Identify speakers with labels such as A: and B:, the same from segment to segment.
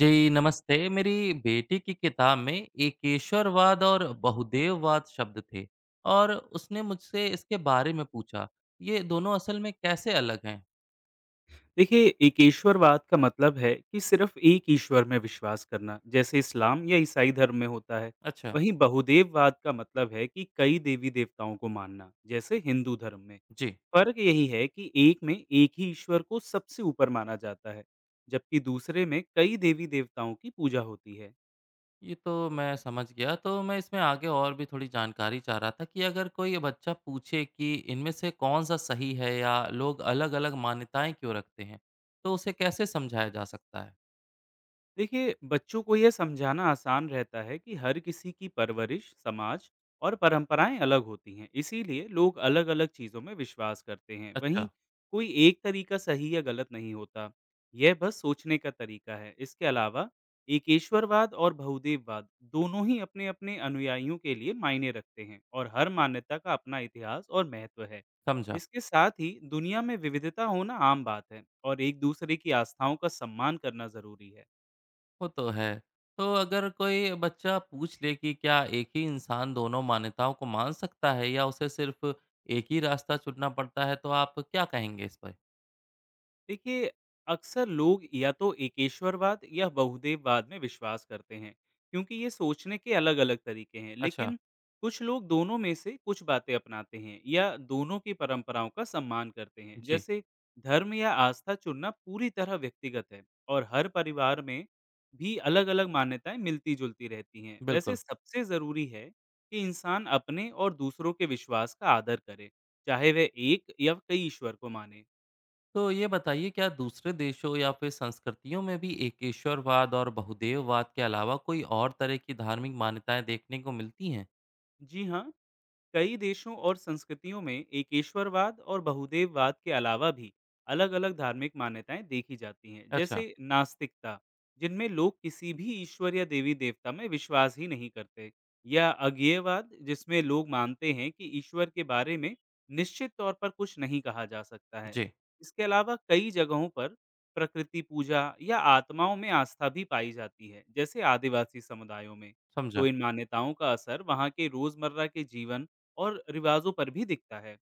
A: जी नमस्ते। मेरी बेटी की किताब में एकेश्वरवाद और बहुदेववाद शब्द थे और उसने मुझसे इसके बारे में पूछा। ये दोनों असल में कैसे अलग हैं?
B: देखिए, एकेश्वरवाद का मतलब है कि सिर्फ एक ईश्वर में विश्वास करना, जैसे इस्लाम या ईसाई धर्म में होता है।
A: अच्छा।
B: वहीं बहुदेववाद का मतलब है कि कई देवी देवताओं को मानना, जैसे हिंदू धर्म में।
A: जी।
B: फर्क यही है कि एक में एक ही ईश्वर को सबसे ऊपर माना जाता है, जबकि दूसरे में कई देवी देवताओं की पूजा होती है।
A: ये तो मैं समझ गया, तो मैं इसमें आगे और भी थोड़ी जानकारी चाह रहा था कि अगर कोई बच्चा पूछे कि इनमें से कौन सा सही है या लोग अलग-अलग मान्यताएं क्यों रखते हैं, तो उसे कैसे समझाया जा सकता है।
B: देखिए, बच्चों को यह समझाना आसान रहता है कि हर किसी की परवरिश, समाज और परंपराएं अलग होती हैं, इसीलिए लोग अलग अलग चीज़ों में विश्वास करते हैं। वहीं
A: अच्छा।
B: कोई एक तरीका सही या गलत नहीं होता, यह बस सोचने का तरीका है। इसके अलावा एकेश्वरवाद और बहुदेववाद दोनों ही अपने अपने अनुयायियों के लिए मायने रखते हैं, और हर मान्यता का अपना इतिहास और महत्व है।
A: समझा।
B: इसके साथ ही दुनिया में विविधता होना आम बात है, और एक दूसरे की आस्थाओं का सम्मान करना जरूरी है।
A: वो तो है। तो अगर कोई बच्चा पूछ ले कि क्या एक ही इंसान दोनों मान्यताओं को मान सकता है या उसे सिर्फ़ एक ही रास्ता चुनना पड़ता है, तो आप क्या कहेंगे इस पर?
B: देखिए, अक्सर लोग या तो एकेश्वरवाद या बहुदेववाद में विश्वास करते हैं, क्योंकि ये सोचने के अलग अलग तरीके हैं।
A: अच्छा।
B: लेकिन कुछ लोग दोनों में से कुछ बातें अपनाते हैं या दोनों की परंपराओं का सम्मान करते हैं।
A: जी।
B: जैसे धर्म या आस्था चुनना पूरी तरह व्यक्तिगत है, और हर परिवार में भी अलग अलग मान्यताएं मिलती जुलती रहती हैं। वैसे
A: बिल्कुल।
B: सबसे ज़रूरी है कि इंसान अपने और दूसरों के विश्वास का आदर करे, चाहे वह एक या कई ईश्वर को माने।
A: तो ये बताइए, क्या दूसरे देशों या फिर संस्कृतियों में भी एकेश्वरवाद और बहुदेववाद के अलावा कोई और तरह की धार्मिक मान्यताएँ देखने को मिलती हैं?
B: जी हाँ, कई देशों और संस्कृतियों में एकेश्वरवाद और बहुदेववाद के अलावा भी अलग अलग धार्मिक मान्यताएं देखी जाती हैं।
A: अच्छा।
B: जैसे नास्तिकता, जिनमें लोग किसी भी ईश्वर या देवी देवता में विश्वास ही नहीं करते, या अज्ञेयवाद, जिसमें लोग मानते हैं कि ईश्वर के बारे में निश्चित तौर पर कुछ नहीं कहा जा सकता है।
A: जी।
B: इसके अलावा कई जगहों पर प्रकृति पूजा या आत्माओं में आस्था भी पाई जाती है, जैसे आदिवासी समुदायों में। तो
A: समझा।
B: इन मान्यताओं का असर वहाँ के रोजमर्रा के जीवन और रिवाज़ों पर भी दिखता है।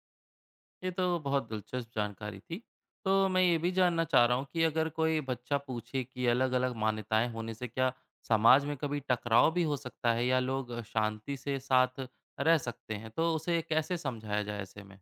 A: ये तो बहुत दिलचस्प जानकारी थी। तो मैं ये भी जानना चाह रहा हूँ कि अगर कोई बच्चा पूछे कि अलग-अलग मान्यताएँ होने से क्या समाज में कभी टकराव भी हो सकता है या लोग शांति से साथ रह सकते हैं, तो उसे कैसे समझाया जाए ऐसे में?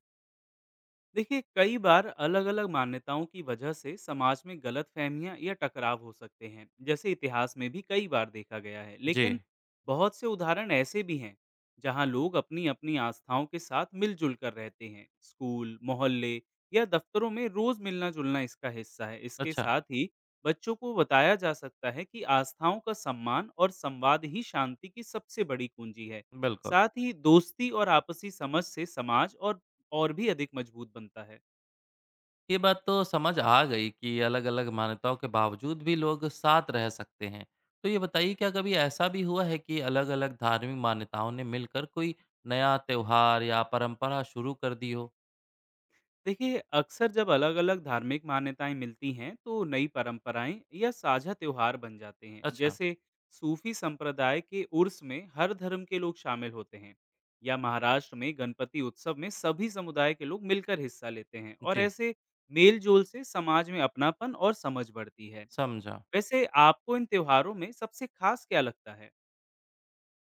B: देखिए, कई बार अलग-अलग मान्यताओं की वजह से समाज में गलतफहमियां या टकराव हो सकते हैं, जैसे इतिहास में भी कई बार देखा गया है। लेकिन
A: जी।
B: बहुत से उदाहरण ऐसे भी हैं जहां लोग अपनी अपनी आस्थाओं के साथ मिलजुल कर रहते हैं। स्कूल, मोहल्ले या दफ्तरों में रोज मिलना जुलना इसका हिस्सा है। इसके
A: अच्छा।
B: साथ ही बच्चों को बताया जा सकता है कि आस्थाओं का सम्मान और संवाद ही शांति की सबसे बड़ी कुंजी है।
A: बिल्कुल।
B: साथ ही दोस्ती और आपसी समझ से समाज और भी अधिक मजबूत बनता है।
A: ये बात तो समझ आ गई कि अलग-अलग मान्यताओं के बावजूद भी लोग साथ रह सकते हैं। तो ये बताइए, क्या कभी ऐसा भी हुआ है कि अलग-अलग धार्मिक मान्यताओं ने मिलकर कोई नया त्योहार या परंपरा शुरू कर दी हो?
B: देखिए, अक्सर जब अलग-अलग धार्मिक मान्यताएं मिलती हैं, तो नई परंपराएं या साझा त्योहार बन जाते हैं।
A: अच्छा।
B: जैसे सूफी संप्रदाय के उर्स में हर धर्म के लोग शामिल होते हैं, या महाराष्ट्र में गणपति उत्सव में सभी समुदाय के लोग मिलकर हिस्सा लेते हैं, और
A: जी।
B: ऐसे मेल-जोल से समाज में अपनापन और समझ बढ़ती है।
A: समझा।
B: वैसे आपको इन त्योहारों में सबसे खास क्या लगता है?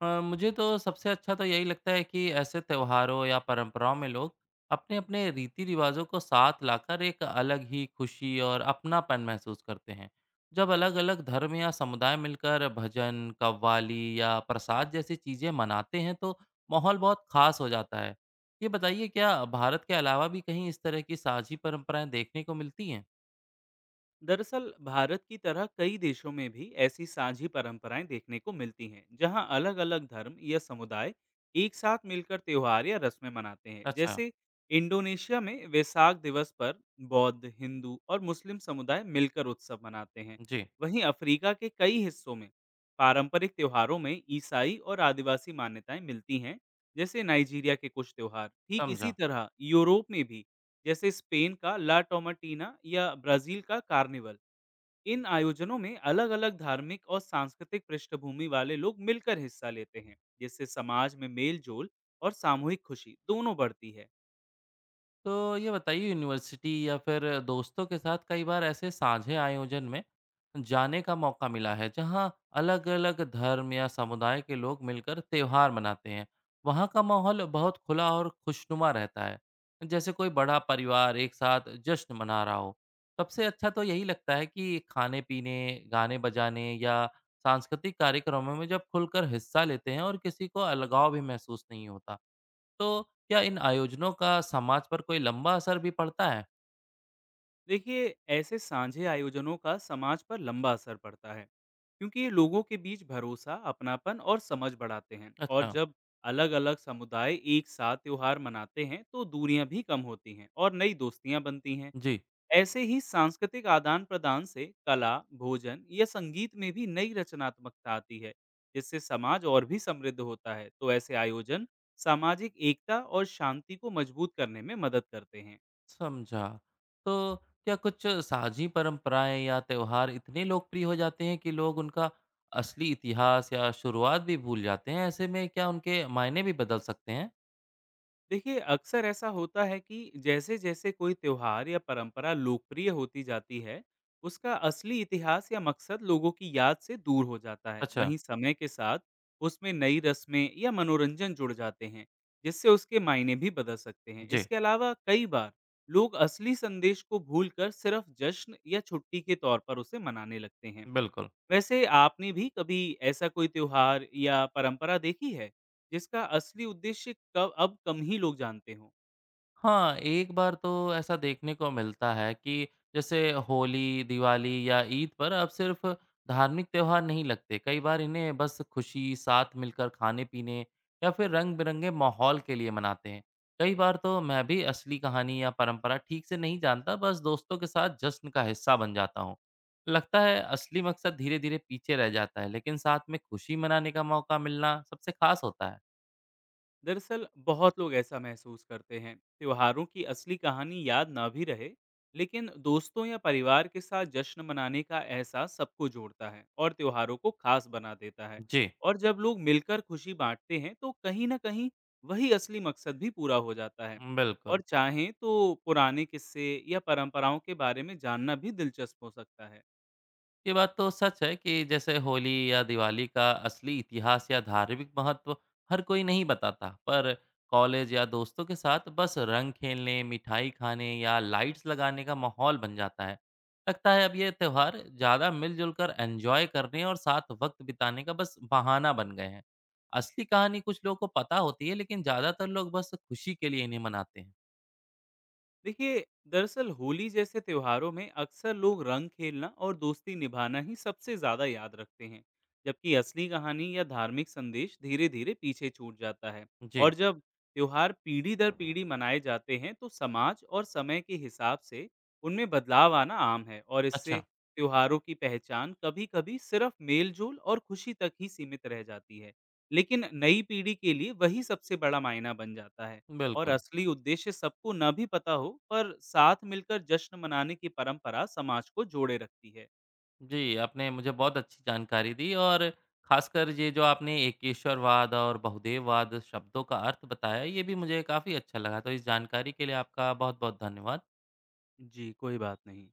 A: मुझे तो सबसे अच्छा तो यही लगता है कि ऐसे त्योहारों या परंपराओं में लोग अपने-अपने रीति-रिवाज़ों को साथ लाकर एक अलग ही खुशी और अपनापन महसूस करते हैं। जब अलग-अलग धर्म या समुदाय मिलकर भजन, कव्वाली या प्रसाद जैसी चीज़ें मनाते हैं तो माहौल बहुत ख़ास हो जाता है। ये बताइए, क्या भारत के अलावा भी कहीं इस तरह की साझी परंपराएँ देखने को मिलती हैं?
B: दरअसल भारत की तरह कई देशों में भी ऐसी साझी परंपराएं देखने को मिलती हैं, जहां अलग अलग धर्म या समुदाय एक साथ मिलकर त्योहार या रस्में मनाते हैं।
A: अच्छा।
B: जैसे इंडोनेशिया में वैसाख दिवस पर बौद्ध, हिंदू और मुस्लिम समुदाय मिलकर उत्सव मनाते हैं।
A: जी।
B: वहीं अफ्रीका के कई हिस्सों में पारंपरिक त्योहारों में ईसाई और आदिवासी मान्यताएं मिलती हैं, जैसे नाइजीरिया के कुछ त्योहार। ठीक इसी
A: समझा।
B: तरह यूरोप में भी, जैसे स्पेन का ला टोमाटीना या ब्राजील का कार्निवल, इन आयोजनों में अलग अलग धार्मिक और सांस्कृतिक पृष्ठभूमि वाले लोग मिलकर हिस्सा लेते हैं, जिससे समाज में मेल जोल और सामूहिक खुशी दोनों बढ़ती है।
A: तो ये बताइए, यूनिवर्सिटी या फिर दोस्तों के साथ कई बार ऐसे साझे आयोजन में जाने का मौका मिला है जहाँ अलग-अलग धर्म या समुदाय के लोग मिलकर त्योहार मनाते हैं। वहाँ का माहौल बहुत खुला और खुशनुमा रहता है, जैसे कोई बड़ा परिवार एक साथ जश्न मना रहा हो। सबसे अच्छा तो यही लगता है कि खाने-पीने, गाने बजाने या सांस्कृतिक कार्यक्रमों में जब खुलकर हिस्सा लेते हैं और किसी को अलगाव भी महसूस नहीं होता। तो क्या इन आयोजनों का समाज पर कोई लंबा असर भी पड़ता है?
B: देखिए, ऐसे साझे आयोजनों का समाज पर लंबा असर पड़ता है, क्योंकि ये लोगों के बीच भरोसा, अपनापन और समझ बढ़ाते हैं। और
A: अच्छा।
B: जब अलग अलग समुदाय एक साथ त्यौहार मनाते हैं, तो दूरियां भी कम होती हैं और नई दोस्तियां बनती हैं।
A: जी।
B: ऐसे ही सांस्कृतिक आदान प्रदान से कला, भोजन या संगीत में भी नई रचनात्मकता आती है, जिससे समाज और भी समृद्ध होता है। तो ऐसे आयोजन सामाजिक एकता और शांति को मजबूत करने में मदद करते हैं।
A: समझा। तो क्या कुछ साझी परंपराएं या त्योहार इतने लोकप्रिय हो जाते हैं कि लोग उनका असली इतिहास या शुरुआत भी भूल जाते हैं? ऐसे में क्या उनके मायने भी बदल सकते हैं?
B: देखिए, अक्सर ऐसा होता है कि जैसे-जैसे कोई त्योहार या परंपरा लोकप्रिय होती जाती है, उसका असली इतिहास या मकसद लोगों की याद से दूर हो जाता है।
A: अच्छा।
B: वहीं समय के साथ उसमें नई रस्में या मनोरंजन जुड़ जाते हैं, जिससे उसके मायने भी बदल सकते हैं।
A: जी।
B: इसके अलावा कई बार लोग असली संदेश को भूलकर सिर्फ जश्न या छुट्टी के तौर पर उसे मनाने लगते हैं।
A: बिल्कुल।
B: वैसे आपने भी कभी ऐसा कोई त्योहार या परंपरा देखी है जिसका असली उद्देश्य कब अब कम ही लोग जानते हों?
A: हाँ, एक बार तो ऐसा देखने को मिलता है कि जैसे होली, दिवाली या ईद पर अब सिर्फ धार्मिक त्योहार नहीं लगते। कई बार इन्हें बस खुशी, साथ मिलकर खाने-पीने या फिर रंग-बिरंगे माहौल के लिए मनाते हैं। कई बार तो मैं भी असली कहानी या परंपरा ठीक से नहीं जानता, बस दोस्तों के साथ जश्न का हिस्सा बन जाता हूँ। लगता है असली मकसद धीरे-धीरे पीछे रह जाता है, लेकिन साथ में खुशी मनाने का मौका मिलना सबसे खास होता है।
B: दरअसल बहुत लोग ऐसा महसूस करते हैं। त्योहारों की असली कहानी याद ना भी रहे, लेकिन दोस्तों या परिवार के साथ जश्न मनाने का एहसास सबको जोड़ता है और त्योहारों को खास बना देता है।
A: जी।
B: और जब लोग मिलकर खुशी बांटते हैं, तो कहीं ना कहीं वही असली मकसद भी पूरा हो जाता है। और
A: बिल्कुल।
B: चाहें तो पुराने किस्से या परंपराओं के बारे में जानना भी दिलचस्प हो सकता है।
A: ये बात तो सच है कि जैसे होली या दिवाली का असली इतिहास या धार्मिक महत्व हर कोई नहीं बताता, पर कॉलेज या दोस्तों के साथ बस रंग खेलने, मिठाई खाने या लाइट्स लगाने का माहौल बन जाता है। लगता है अब ये त्यौहार ज़्यादा मिलजुल कर एंजॉय करने और साथ वक्त बिताने का बस बहाना बन गए हैं। असली कहानी कुछ लोगों को पता होती है, लेकिन ज़्यादातर लोग बस खुशी के लिए इन्हें मनाते हैं।
B: देखिए, दरअसल होली जैसे त्योहारों में अक्सर लोग रंग खेलना और दोस्ती निभाना ही सबसे ज्यादा याद रखते हैं, जबकि असली कहानी या धार्मिक संदेश धीरे धीरे पीछे छूट जाता है।
A: जी।
B: और जब त्योहार पीढ़ी दर पीढ़ी मनाए जाते हैं, तो समाज और समय के हिसाब से उनमें बदलाव आना आम है। और इससे
A: अच्छा।
B: त्योहारों की पहचान कभी कभी सिर्फ मेलजोल और खुशी तक ही सीमित रह जाती है, लेकिन नई पीढ़ी के लिए वही सबसे बड़ा मायना बन जाता है। और
A: बिल्कुल।
B: असली उद्देश्य सबको न भी पता हो, पर साथ मिलकर जश्न मनाने की परंपरा समाज को जोड़े रखती है।
A: जी, आपने मुझे बहुत अच्छी जानकारी दी, और खासकर ये जो आपने एकेश्वरवाद और बहुदेववाद शब्दों का अर्थ बताया, ये भी मुझे काफ़ी अच्छा लगा। तो इस जानकारी के लिए आपका बहुत-बहुत धन्यवाद।
B: जी, कोई बात नहीं।